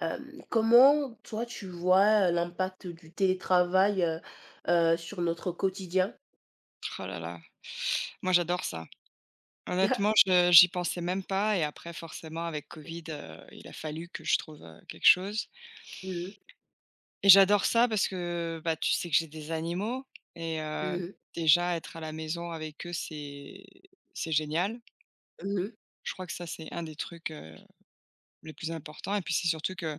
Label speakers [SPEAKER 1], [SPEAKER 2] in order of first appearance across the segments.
[SPEAKER 1] Comment toi tu vois, l'impact du télétravail, sur notre quotidien?
[SPEAKER 2] Oh là là. Moi j'adore ça. Honnêtement, je j'y pensais même pas et après forcément avec Covid, il a fallu que je trouve, quelque chose
[SPEAKER 1] Mmh mh.
[SPEAKER 2] et j'adore ça parce que, bah, tu sais que j'ai des animaux et
[SPEAKER 1] Mmh mh.
[SPEAKER 2] déjà être à la maison avec eux, c'est génial.
[SPEAKER 1] Mmh.
[SPEAKER 2] Je crois que ça, c'est un des trucs, les plus importants et puis c'est surtout que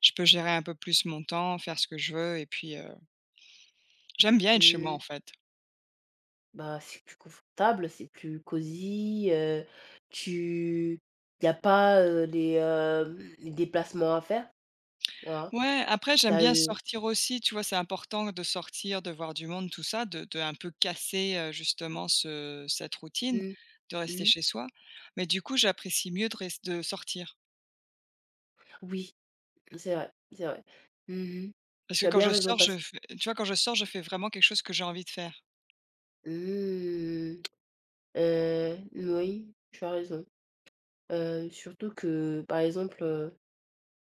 [SPEAKER 2] je peux gérer un peu plus mon temps, faire ce que je veux et puis, j'aime bien être chez moi, en
[SPEAKER 1] Mmh.
[SPEAKER 2] fait.
[SPEAKER 1] Bah, c'est plus confortable, c'est plus cosy, tu il y a pas, les déplacements à faire, voilà.
[SPEAKER 2] Ouais, après j'aime
[SPEAKER 1] T'as. as,
[SPEAKER 2] bien
[SPEAKER 1] heu
[SPEAKER 2] sortir aussi, tu vois? C'est important de sortir, de voir du monde, tout ça, de un peu casser, justement ce cette routine,
[SPEAKER 1] mmh,
[SPEAKER 2] de rester
[SPEAKER 1] mmh.
[SPEAKER 2] chez soi. Mais du coup, j'apprécie mieux de sortir.
[SPEAKER 1] Oui, c'est vrai, c'est vrai. Mmh.
[SPEAKER 2] Parce que
[SPEAKER 1] Tu as
[SPEAKER 2] quand
[SPEAKER 1] bien
[SPEAKER 2] je
[SPEAKER 1] raison,
[SPEAKER 2] sors, je fais tu vois? Quand je sors, je fais vraiment quelque chose que j'ai envie de faire.
[SPEAKER 1] mmh, moui, tu as raison. Surtout que, par exemple,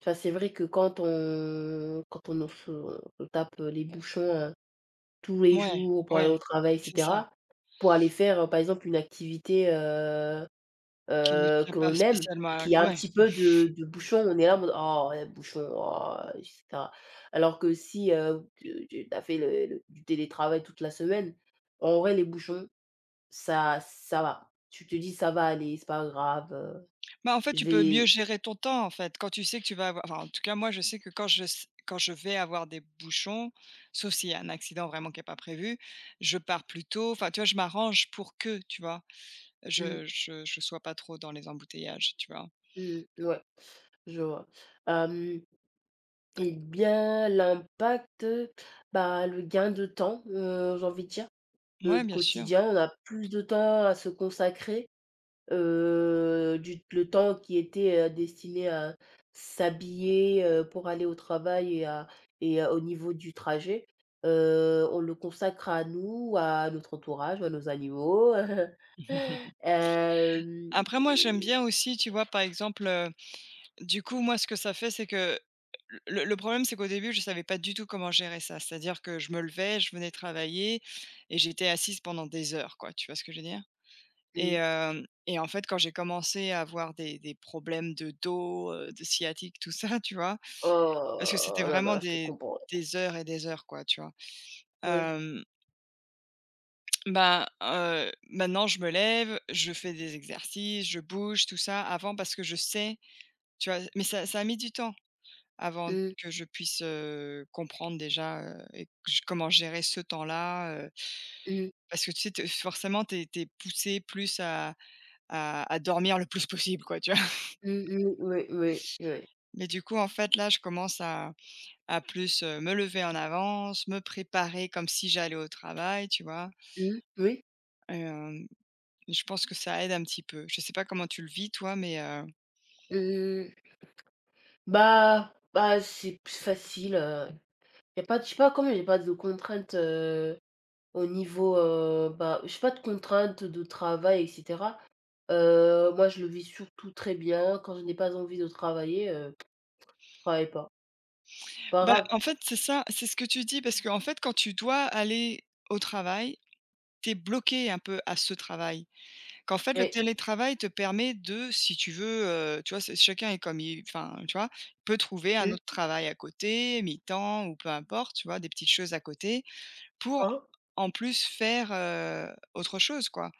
[SPEAKER 1] enfin, c'est vrai que quand on se on tape les bouchons, tous les
[SPEAKER 2] Mouais,
[SPEAKER 1] jours pour aller
[SPEAKER 2] ouais,
[SPEAKER 1] au travail, et
[SPEAKER 2] c'est ça,
[SPEAKER 1] cetera, pour aller faire, par exemple une activité,
[SPEAKER 2] qui nous tient
[SPEAKER 1] que
[SPEAKER 2] pas
[SPEAKER 1] l'on aime,
[SPEAKER 2] spécialement à
[SPEAKER 1] qu'il y a un
[SPEAKER 2] ouais.
[SPEAKER 1] petit peu de bouchons, on est là en mode: «Oh les bouchons, oh» et cetera. Alors que si, tu as fait le du télétravail toute la semaine, en vrai les bouchons, ça va. Tu te dis: «Ça va aller, c'est pas grave,
[SPEAKER 2] Bah, en fait,
[SPEAKER 1] je
[SPEAKER 2] tu peux mieux
[SPEAKER 1] vais.»
[SPEAKER 2] gérer ton temps, en fait. Quand tu sais que tu vas avoir enfin, en tout cas, moi, je sais que quand je s quand je vais avoir des bouchons, sauf s'il y a un accident vraiment qui est pas prévu, je pars plus tôt. Enfin, tu vois, je m'arrange pour que, tu vois?
[SPEAKER 1] Mmh,
[SPEAKER 2] Je sois pas trop dans les embouteillages, tu vois?
[SPEAKER 1] mmh, ouais, je vois. Hem Eh bien, l'impact, bah, le gain de temps, j'ai envie de dire. Dans
[SPEAKER 2] Ouais,
[SPEAKER 1] notre
[SPEAKER 2] bien sûr.
[SPEAKER 1] quotidien, on a plus de temps à se consacrer, du le temps qui était, destiné à s'habiller, pour aller au travail et à au niveau du trajet, on le consacre à nous, à notre entourage, à nos animaux. hem
[SPEAKER 2] Après moi, j'aime
[SPEAKER 1] et
[SPEAKER 2] bien aussi, tu vois, par exemple, du coup, moi, ce que ça fait, c'est que le problème, c'est qu'au début, je savais pas du tout comment gérer ça. C'est-à-dire que je me levais, je venais travailler et j'étais assise pendant des heures, quoi. Tu vois ce que je veux dire? Et
[SPEAKER 1] Mmh.
[SPEAKER 2] hem et en fait, quand j'ai commencé à avoir des problèmes de dos, de sciatique, tout ça, tu vois? Parce que c'était
[SPEAKER 1] Oh là
[SPEAKER 2] vraiment
[SPEAKER 1] là, je te
[SPEAKER 2] des
[SPEAKER 1] comprends.
[SPEAKER 2] des heures et des heures, quoi, tu vois?
[SPEAKER 1] Oui.
[SPEAKER 2] Hem, ben, maintenant je me lève, je fais des exercices, je bouge, tout ça. Avant, parce que je sais, tu vois? Mais ça a mis du temps avant
[SPEAKER 1] Mmh.
[SPEAKER 2] que je puisse, comprendre déjà, et que je comment gérer ce temps-là,
[SPEAKER 1] Mmh.
[SPEAKER 2] parce que tu sais, tu forcément, tu es poussé plus à dormir le plus possible, quoi, tu vois?
[SPEAKER 1] Mmh mh, oui, oui, oui.
[SPEAKER 2] Mais du coup, en fait, là, je commence à plus, me lever en avance, me préparer comme si j'allais au travail, tu vois?
[SPEAKER 1] Mmh, oui.
[SPEAKER 2] Hem, je pense que ça aide un petit peu. Je sais pas comment tu le vis toi, mais
[SPEAKER 1] Mmh, bah bah, c'est plus facile, y a pas de je sais pas comment il y a pas de contraintes, au niveau, bah, j'ai pas de contraintes de travail, et cetera. Moi, je le vis surtout très bien. Quand je n'ai pas envie de travailler, je travaille pas. Pas
[SPEAKER 2] bah,
[SPEAKER 1] grave.
[SPEAKER 2] en fait, c'est ça, c'est ce que tu dis parce qu'en fait, quand tu dois aller au travail, tu es bloqué un peu à ce travail. Qu'en fait, le
[SPEAKER 1] Mais
[SPEAKER 2] télétravail te permet de, si tu veux, tu vois, c'est chacun est comme il enfin, tu vois, peut trouver un
[SPEAKER 1] mmh,
[SPEAKER 2] autre travail à côté, mi-temps ou peu importe, tu vois, des petites choses à côté pour
[SPEAKER 1] hein,
[SPEAKER 2] en plus faire, autre chose quoi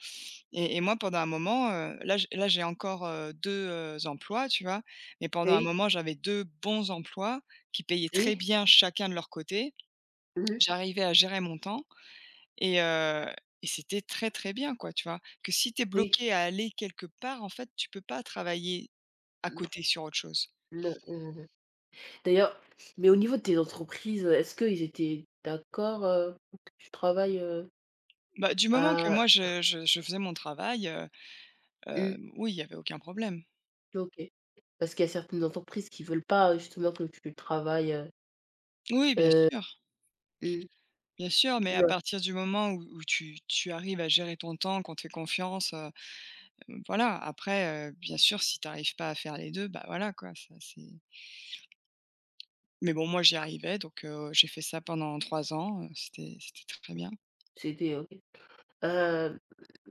[SPEAKER 2] et moi pendant un moment, là j'ai encore, 2, emplois, tu vois? Mais pendant un
[SPEAKER 1] oui,
[SPEAKER 2] moment, j'avais 2 bons emplois qui payaient très
[SPEAKER 1] oui,
[SPEAKER 2] bien chacun de leur côté.
[SPEAKER 1] mmh,
[SPEAKER 2] J'arrivais à gérer mon temps et heu et c'était très, très bien quoi, tu vois? Que si tu es
[SPEAKER 1] oui,
[SPEAKER 2] bloqué à aller quelque part, en fait, tu peux pas travailler à
[SPEAKER 1] mmh.
[SPEAKER 2] côté sur autre chose.
[SPEAKER 1] ne heu, D'ailleurs, mais au niveau de tes entreprises, est-ce qu'ils étaient d'accord, pour que tu travailles,
[SPEAKER 2] Bah, du moment que moi
[SPEAKER 1] Ah,
[SPEAKER 2] je faisais mon travail,
[SPEAKER 1] mmh,
[SPEAKER 2] oui, il y avait aucun problème.
[SPEAKER 1] OK. Parce qu'il y a certaines entreprises qui veulent pas, justement que tu travailles,
[SPEAKER 2] Oui, bien sûr.
[SPEAKER 1] heu,
[SPEAKER 2] Bien sûr, mais
[SPEAKER 1] mmh,
[SPEAKER 2] à
[SPEAKER 1] ouais,
[SPEAKER 2] partir du moment où tu arrives à gérer ton temps, qu'on te fait confiance, voilà. Après, bien sûr, si tu n'arrives pas à faire les 2, bah, voilà, quoi, ça c'est mais bon, moi, j'y arrivais donc j'ai fait ça pendant 3 ans, c'était très bien.
[SPEAKER 1] c'était OK. Heu,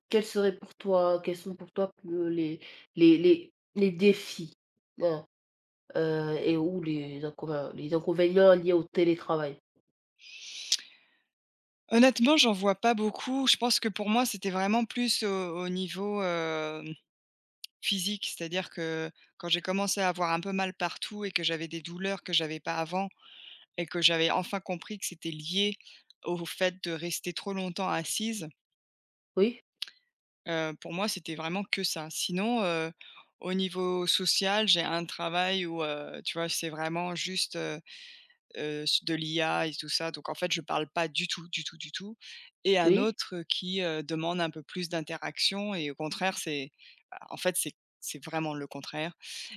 [SPEAKER 1] Quels sont pour toi le les défis, hein, ou les inconvénients liés au télétravail?
[SPEAKER 2] Honnêtement, j'en vois pas beaucoup. Je pense que pour moi, c'était vraiment plus au niveau, physique. C'est-à-dire que quand j'ai commencé à avoir un peu mal partout et que j'avais des douleurs que j'avais pas avant et que j'avais enfin compris que c'était lié au fait de rester trop longtemps assise.
[SPEAKER 1] Oui?
[SPEAKER 2] Pour moi, c'était vraiment que ça. Sinon, au niveau social, j'ai un travail où, tu vois, c'est vraiment juste, s de l'IA et tout ça, donc en fait, je parle pas du tout, du tout, du tout et un
[SPEAKER 1] Oui?
[SPEAKER 2] autre qui, demande un peu plus d'interaction et au contraire, c'est bah, en fait, c'est vraiment le contraire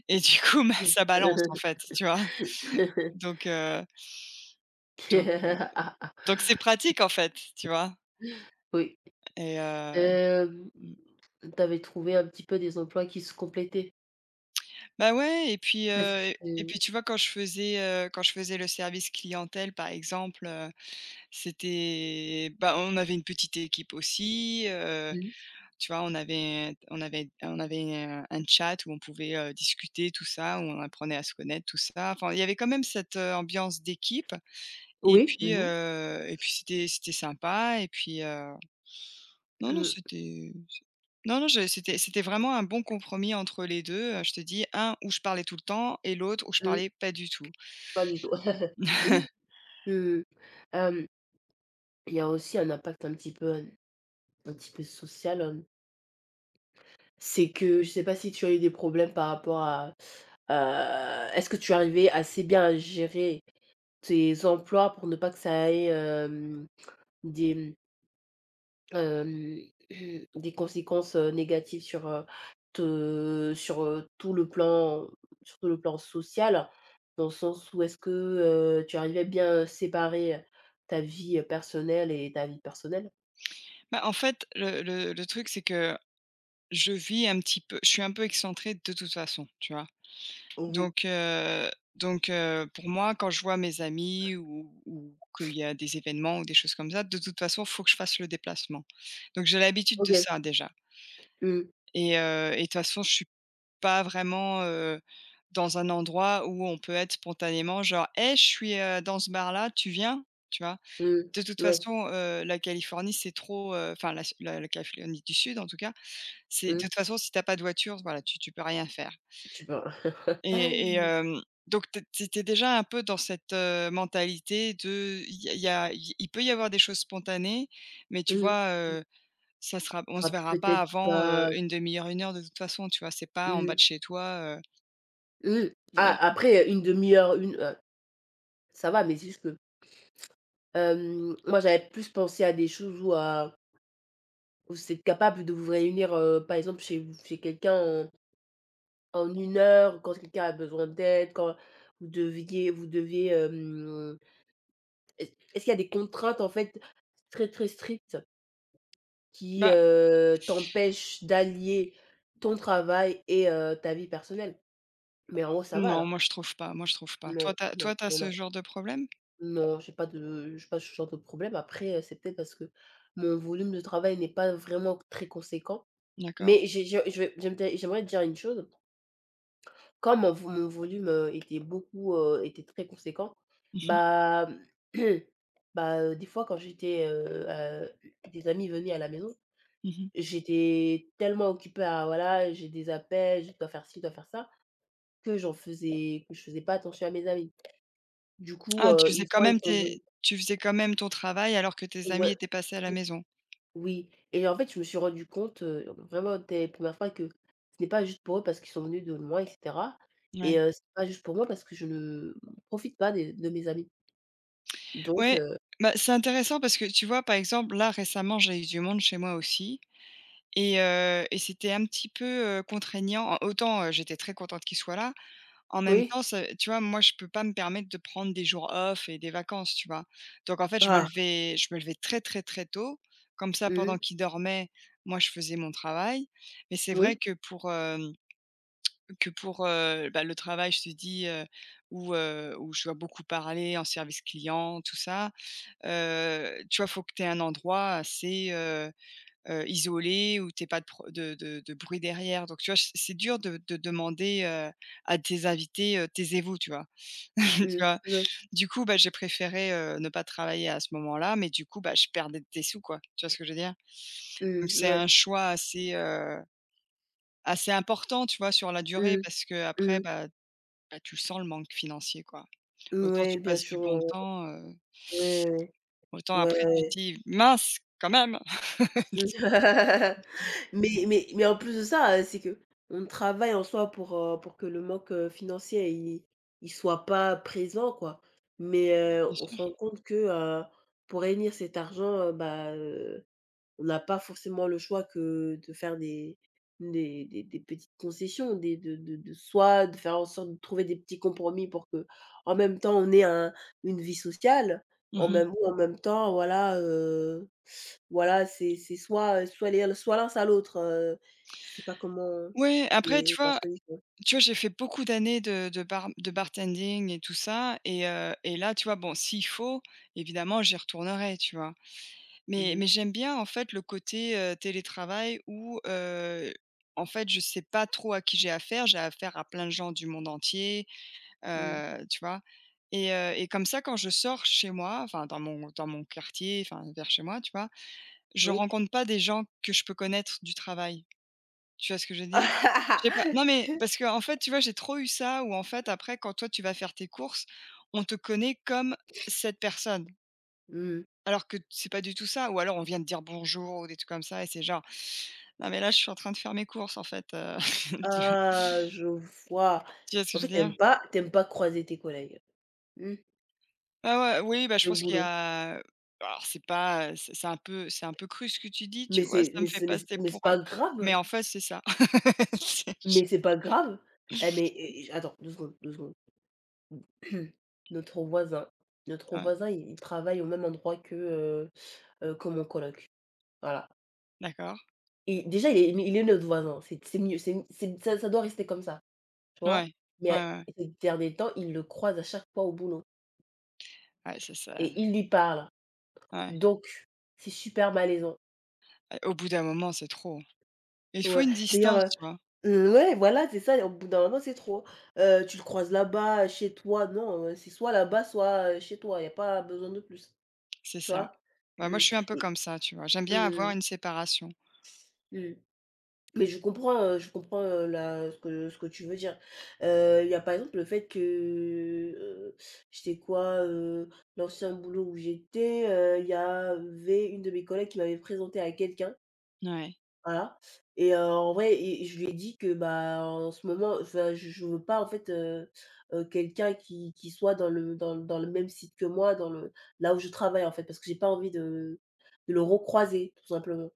[SPEAKER 2] et du coup, bah,
[SPEAKER 1] Mmh.
[SPEAKER 2] ça balance, en fait, tu vois? Donc heu donc heu donc c'est pratique, en fait, tu vois?
[SPEAKER 1] Oui.
[SPEAKER 2] Et heu
[SPEAKER 1] Hem,
[SPEAKER 2] mmh.
[SPEAKER 1] Tu avais trouvé un petit peu des emplois qui se complétaient?
[SPEAKER 2] Bah, ouais et puis,
[SPEAKER 1] Parce
[SPEAKER 2] heu et
[SPEAKER 1] que
[SPEAKER 2] puis tu vois quand je faisais le service clientèle par exemple, c'était bah, on avait une petite équipe aussi,
[SPEAKER 1] Mmh,
[SPEAKER 2] tu vois? On avait un chat où on pouvait, discuter tout ça, où on apprenait à se connaître tout ça. Enfin, il y avait quand même cette, ambiance d'équipe et
[SPEAKER 1] oui. Mmh
[SPEAKER 2] puis,
[SPEAKER 1] mh.
[SPEAKER 2] et puis c'était sympa et puis, non, non,
[SPEAKER 1] Mmh.
[SPEAKER 2] c'était non, non, je c'était c'était vraiment un bon compromis entre les 2 je te dis, un où je parlais tout le temps et l'autre où je
[SPEAKER 1] Mmh,
[SPEAKER 2] parlais pas du tout.
[SPEAKER 1] pas du tout. Oui, mmh. Hem, il y a aussi un impact un petit peu social, c'est que je sais pas si tu as eu des problèmes par rapport à, est-ce que tu arrivais assez bien à gérer tes emplois pour ne pas que ça ait, des Hem, des conséquences, négatives sur, te sur, tout le plan sur tout le plan social. Dans le sens où est-ce que, tu arrivais bien, séparer ta vie, personnelle et ta vie personnelle?
[SPEAKER 2] Bah, en fait, le truc, c'est que je suis un peu excentrée de toute façon, tu vois?
[SPEAKER 1] Mmh mh.
[SPEAKER 2] Donc heu donc, pour moi, quand je vois mes amis ou qu'il y a des événements ou des choses comme ça, de toute façon, il faut que je fasse le déplacement. Donc j'ai l'habitude de
[SPEAKER 1] OK.
[SPEAKER 2] ça déjà
[SPEAKER 1] Mmh.
[SPEAKER 2] et de toute façon, je pas vraiment, dans un endroit où on peut être spontanément genre : « Hey, je suis, dans ce bar-là, tu viens ? » tu vois?
[SPEAKER 1] Mmh.
[SPEAKER 2] De toute
[SPEAKER 1] Ouais.
[SPEAKER 2] façon, la Californie, c'est trop, enfin la Californie du Sud en tout cas, c'est de
[SPEAKER 1] Mmh.
[SPEAKER 2] toute façon si t'as pas de voiture, voilà, tu peux rien faire
[SPEAKER 1] Tu peux.
[SPEAKER 2] et et hem, donc tu étais déjà un peu dans cette, mentalité de il peut y avoir des choses spontanées, mais tu
[SPEAKER 1] Mmh.
[SPEAKER 2] vois,
[SPEAKER 1] Mmh.
[SPEAKER 2] ça sera on se
[SPEAKER 1] Enfin,
[SPEAKER 2] verra pas
[SPEAKER 1] peut-être
[SPEAKER 2] avant,
[SPEAKER 1] pas.
[SPEAKER 2] 1/2 heure, 1 heure de toute façon, tu vois? C'est pas en bas
[SPEAKER 1] Mmh.
[SPEAKER 2] de chez toi,
[SPEAKER 1] Mmh. Ah,
[SPEAKER 2] ouais.
[SPEAKER 1] après une demi heure, une ça va, mais c'est juste que, moi j'avais plus pensé à des choses où vous êtes capable de vous réunir, par exemple chez quelqu'un en en 1 heure, quand quelqu'un a besoin d'aide, quand vous deviez, est-ce qu'il y a des contraintes en fait très, très strictes qui,
[SPEAKER 2] Bah
[SPEAKER 1] t'empêchent d'allier ton travail et, ta vie personnelle? Mais en gros, ça va
[SPEAKER 2] non,
[SPEAKER 1] alors?
[SPEAKER 2] moi je trouve pas, moi je trouve pas.
[SPEAKER 1] Non,
[SPEAKER 2] Toi tu
[SPEAKER 1] non,
[SPEAKER 2] toi t'as
[SPEAKER 1] il
[SPEAKER 2] ce
[SPEAKER 1] a
[SPEAKER 2] genre de problème?
[SPEAKER 1] non, j'ai pas ce genre de problème. Après, c'est peut-être parce que mon volume de travail n'est pas vraiment très conséquent.
[SPEAKER 2] D'accord.
[SPEAKER 1] Mais j'ai je vais j'aime j'aimerais te dire une chose. Comme mon volume, était très conséquent,
[SPEAKER 2] Mmh mh.
[SPEAKER 1] bah, bah, des fois quand j'étais, des amis venaient à la maison,
[SPEAKER 2] Mmh.
[SPEAKER 1] j'étais tellement occupée à voilà, j'ai des appels, je dois faire ci, je dois faire ça, que je faisais pas attention à mes amis. Du coup,
[SPEAKER 2] Ah,
[SPEAKER 1] une fois, ils sont venus,
[SPEAKER 2] tu faisais quand même ton travail alors que tes amis
[SPEAKER 1] ouais,
[SPEAKER 2] étaient passés à la maison?
[SPEAKER 1] oui, et en fait, je me suis rendu compte, vraiment dès les premières fois que ce n'est pas juste pour eux parce qu'ils sont venus de loin, et cetera, et
[SPEAKER 2] Ouais.
[SPEAKER 1] c'est pas juste pour moi parce que je ne profite pas des de mes amis. Donc
[SPEAKER 2] Ouais,
[SPEAKER 1] heu
[SPEAKER 2] bah, c'est intéressant parce que tu vois, par exemple, là récemment, j'ai eu du monde chez moi aussi et c'était un petit peu, contraignant. En autant, j'étais très contente qu'il soit là. En même temps,
[SPEAKER 1] Oui.
[SPEAKER 2] ça tu vois, moi, je peux pas me permettre de prendre des jours off et des vacances, tu vois? Donc en fait, je me
[SPEAKER 1] Ah!
[SPEAKER 2] levais je me levais très, très, très tôt. Comme ça,
[SPEAKER 1] Mmh mh.
[SPEAKER 2] pendant qu'il dormait, moi, je faisais mon travail. Mais c'est vrai
[SPEAKER 1] Oui.
[SPEAKER 2] que pour, bah, le travail, je te dis, où je dois beaucoup parler en service client, tout ça, tu vois, faut que tu aies un endroit assez, isolé où tu aies pas de pro de bruit derrière. Donc tu vois, c'est dur de demander, à tes invités, taisez-vous, tu vois? Tu
[SPEAKER 1] Mmh.
[SPEAKER 2] vois?
[SPEAKER 1] Oui.
[SPEAKER 2] Du coup, bah, j'ai préféré, ne pas travailler à ce moment-là, mais du coup, bah, je perdais des sous, quoi. Tu vois ce que je veux dire? Donc
[SPEAKER 1] Mmh.
[SPEAKER 2] c'est un
[SPEAKER 1] Ouais.
[SPEAKER 2] choix assez, assez important, tu vois, sur la durée
[SPEAKER 1] Mmh.
[SPEAKER 2] parce qu'après,
[SPEAKER 1] Mmh.
[SPEAKER 2] bah, tu sens le manque financier, quoi. Autant
[SPEAKER 1] Mouais,
[SPEAKER 2] tu
[SPEAKER 1] bien
[SPEAKER 2] passes du
[SPEAKER 1] sûr,
[SPEAKER 2] bon temps,
[SPEAKER 1] ouais, ouais,
[SPEAKER 2] autant après
[SPEAKER 1] ouais.
[SPEAKER 2] tu te dis : « Mince, quand même ! »
[SPEAKER 1] Ouais. Mais en plus de ça, c'est qu'on travaille en soi pour que le manque, financier, il soit pas présent, quoi. Mais,
[SPEAKER 2] Bien
[SPEAKER 1] on se
[SPEAKER 2] sûr.
[SPEAKER 1] rend compte que, heu, pour réunir cet argent, bah, on n'a pas forcément le choix que de faire des petites concessions, des de soit de faire en sorte de trouver des petits compromis pour que en même temps on ait un une vie sociale, en
[SPEAKER 2] Mmh.
[SPEAKER 1] même ou en même temps voilà, voilà c'est soit, soit les soit l'un, soit l'autre, je sais pas comment
[SPEAKER 2] Ouais, après, tu
[SPEAKER 1] c'est parce
[SPEAKER 2] vois
[SPEAKER 1] que
[SPEAKER 2] tu vois, j'ai fait beaucoup d'années de bar de bartending et tout ça et là, tu vois, bon, s'il faut, évidemment, j'y retournerai, tu vois?
[SPEAKER 1] Mmh
[SPEAKER 2] Mais
[SPEAKER 1] mh.
[SPEAKER 2] j'aime bien, en fait, le côté, télétravail où, en fait, je sais pas trop à qui j'ai affaire. J'ai affaire à plein de gens du monde entier,
[SPEAKER 1] Mmh.
[SPEAKER 2] tu vois? Et comme ça, quand je sors chez moi, enfin, dans mon quartier, enfin, vers chez moi, tu vois? Je
[SPEAKER 1] Oui.
[SPEAKER 2] rencontre pas des gens que je peux connaître du travail. Tu vois ce que je veux dire? Je sais pas non, mais parce que en fait, tu vois, j'ai trop eu ça où, en fait, après, quand toi, tu vas faire tes courses, on te connaît comme cette personne.
[SPEAKER 1] Mmh.
[SPEAKER 2] Alors que c'est pas du tout ça ou alors on vient de dire bonjour ou des trucs comme ça et c'est genre : « Non mais là je suis en train de faire mes courses en fait, tu vois
[SPEAKER 1] Ah! Je vois.
[SPEAKER 2] tu vois ce que
[SPEAKER 1] En
[SPEAKER 2] je veux
[SPEAKER 1] fait,
[SPEAKER 2] dire?
[SPEAKER 1] t'aimes pas croiser tes collègues, mmh,
[SPEAKER 2] Ouais, ouais, oui, bah, je
[SPEAKER 1] au
[SPEAKER 2] pense qu'il y
[SPEAKER 1] boulot.
[SPEAKER 2] a alors c'est pas, c'est un peu cru ce que tu dis, tu
[SPEAKER 1] Mais
[SPEAKER 2] vois?
[SPEAKER 1] c'est
[SPEAKER 2] Ça me
[SPEAKER 1] mais
[SPEAKER 2] fait
[SPEAKER 1] c'est mais c'est
[SPEAKER 2] passer
[SPEAKER 1] mais
[SPEAKER 2] pour,
[SPEAKER 1] c'est pas
[SPEAKER 2] mais
[SPEAKER 1] grave,
[SPEAKER 2] en fait c'est ça. C'est je-
[SPEAKER 1] mais c'est pas grave. Eh mais, et attends 2 secondes, 2 secondes. Notre voisin notre
[SPEAKER 2] ouais,
[SPEAKER 1] voisin, il travaille au même endroit que mon coloc. Voilà.
[SPEAKER 2] d'accord.
[SPEAKER 1] Et déjà il est notre voisin, c'est mieux, c'est ça, ça doit rester comme ça, tu vois?
[SPEAKER 2] Ouais,
[SPEAKER 1] Mais,
[SPEAKER 2] ouais, ouais,
[SPEAKER 1] ces derniers temps, il le croise à chaque fois au boulot
[SPEAKER 2] ouais, c'est ça,
[SPEAKER 1] et il lui parle.
[SPEAKER 2] ouais.
[SPEAKER 1] Donc c'est super malaisant.
[SPEAKER 2] Au bout d'un moment, c'est trop. Il faut
[SPEAKER 1] Ouais.
[SPEAKER 2] une
[SPEAKER 1] D'ailleurs,
[SPEAKER 2] distance, tu vois?
[SPEAKER 1] Ouais, voilà, c'est ça, et au bout d'un moment, c'est trop, hein. Tu le croises là-bas, chez toi, non, c'est soit là-bas, soit, chez toi, il y a pas besoin de plus,
[SPEAKER 2] C'est
[SPEAKER 1] tu
[SPEAKER 2] ça.
[SPEAKER 1] vois?
[SPEAKER 2] Bah, moi
[SPEAKER 1] Mmh,
[SPEAKER 2] je suis un peu
[SPEAKER 1] et
[SPEAKER 2] comme ça, tu vois? J'aime bien avoir
[SPEAKER 1] mmh,
[SPEAKER 2] une séparation.
[SPEAKER 1] mmh, mais je comprends, la ce que tu veux dire. Il y a par exemple le fait que, c'était quoi, l'ancien boulot où j'étais, il y avait une de mes collègues qui m'avait présentée à quelqu'un.
[SPEAKER 2] Ouais.
[SPEAKER 1] Voilà. Et, en vrai, et je lui ai dit que, bah, en ce moment, enfin, je veux pas en fait, quelqu'un qui soit dans le même site que moi, dans le là où je travaille en fait, parce que j'ai pas envie de le recroiser tout simplement,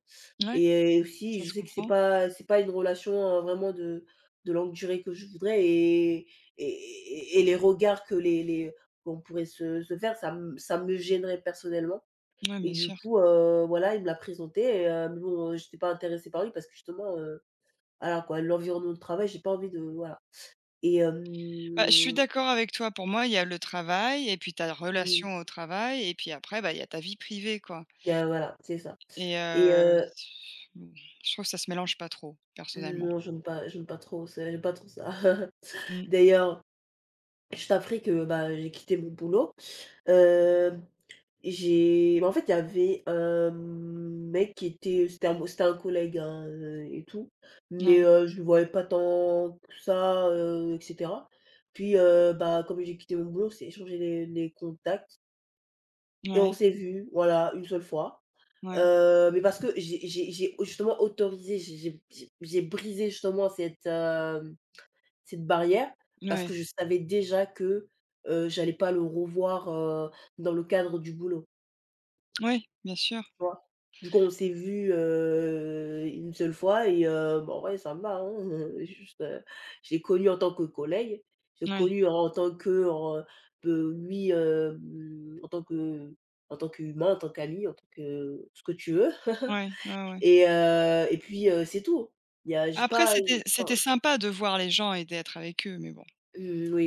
[SPEAKER 2] Ouais.
[SPEAKER 1] et aussi
[SPEAKER 2] Ça
[SPEAKER 1] je
[SPEAKER 2] se
[SPEAKER 1] sais que c'est
[SPEAKER 2] comprend.
[SPEAKER 1] pas c'est pas une relation, vraiment de longue durée que je voudrais, et les regards que les qu'on pourrait se faire, ça me gênerait personnellement.
[SPEAKER 2] Ouais, bien
[SPEAKER 1] Et du
[SPEAKER 2] sûr.
[SPEAKER 1] coup, voilà, il me l'a présenté et, mais bon, j'étais pas intéressée par lui parce que justement, voilà quoi, l'environnement de travail, j'ai pas envie de voilà. Et,
[SPEAKER 2] Bah, je suis d'accord avec toi. Pour moi, il y a le travail et puis ta
[SPEAKER 1] mmh,
[SPEAKER 2] relation au travail et puis après, bah, il y a ta vie privée, quoi
[SPEAKER 1] il y voilà, c'est ça.
[SPEAKER 2] et
[SPEAKER 1] Et,
[SPEAKER 2] mmh, je trouve que ça se mélange pas trop, personnellement.
[SPEAKER 1] non, j'aime pas trop ça, j'aime pas trop ça.
[SPEAKER 2] Mmh,
[SPEAKER 1] D'ailleurs, je t'apprends que, bah, j'ai quitté mon boulot. Hem J'ai Bah, en fait, il y avait un mec qui était c'était un collègue, hein, et tout, mais,
[SPEAKER 2] ouais,
[SPEAKER 1] je le voyais pas tant que ça, et cetera. Puis, bah, comme j'ai quitté mon boulot, on s'est échangé les contacts et on
[SPEAKER 2] ouais,
[SPEAKER 1] s'est vu, voilà, une seule fois.
[SPEAKER 2] ouais,
[SPEAKER 1] Mais parce que j'ai brisé justement cette barrière parce que
[SPEAKER 2] ouais,
[SPEAKER 1] je savais déjà que, j'allais pas le revoir, dans le cadre du boulot.
[SPEAKER 2] ouais, bien sûr.
[SPEAKER 1] Tu vois? Du coup, on s'est vu une seule fois et, bah, en ça me va, hein, juste, je l'ai connu en tant que collègue, j'ai
[SPEAKER 2] Ouais,
[SPEAKER 1] connu en tant que en que lui, en tant qu'humain, en tant qu'ami, en tant que ce que tu veux.
[SPEAKER 2] ouais, ouais, ouais.
[SPEAKER 1] Et puis, c'est tout. Il y a J'ai
[SPEAKER 2] Après,
[SPEAKER 1] pas,
[SPEAKER 2] c'était
[SPEAKER 1] enfin,
[SPEAKER 2] c'était sympa de voir les gens et d'être avec eux, mais bon.
[SPEAKER 1] mmh, oui, oui.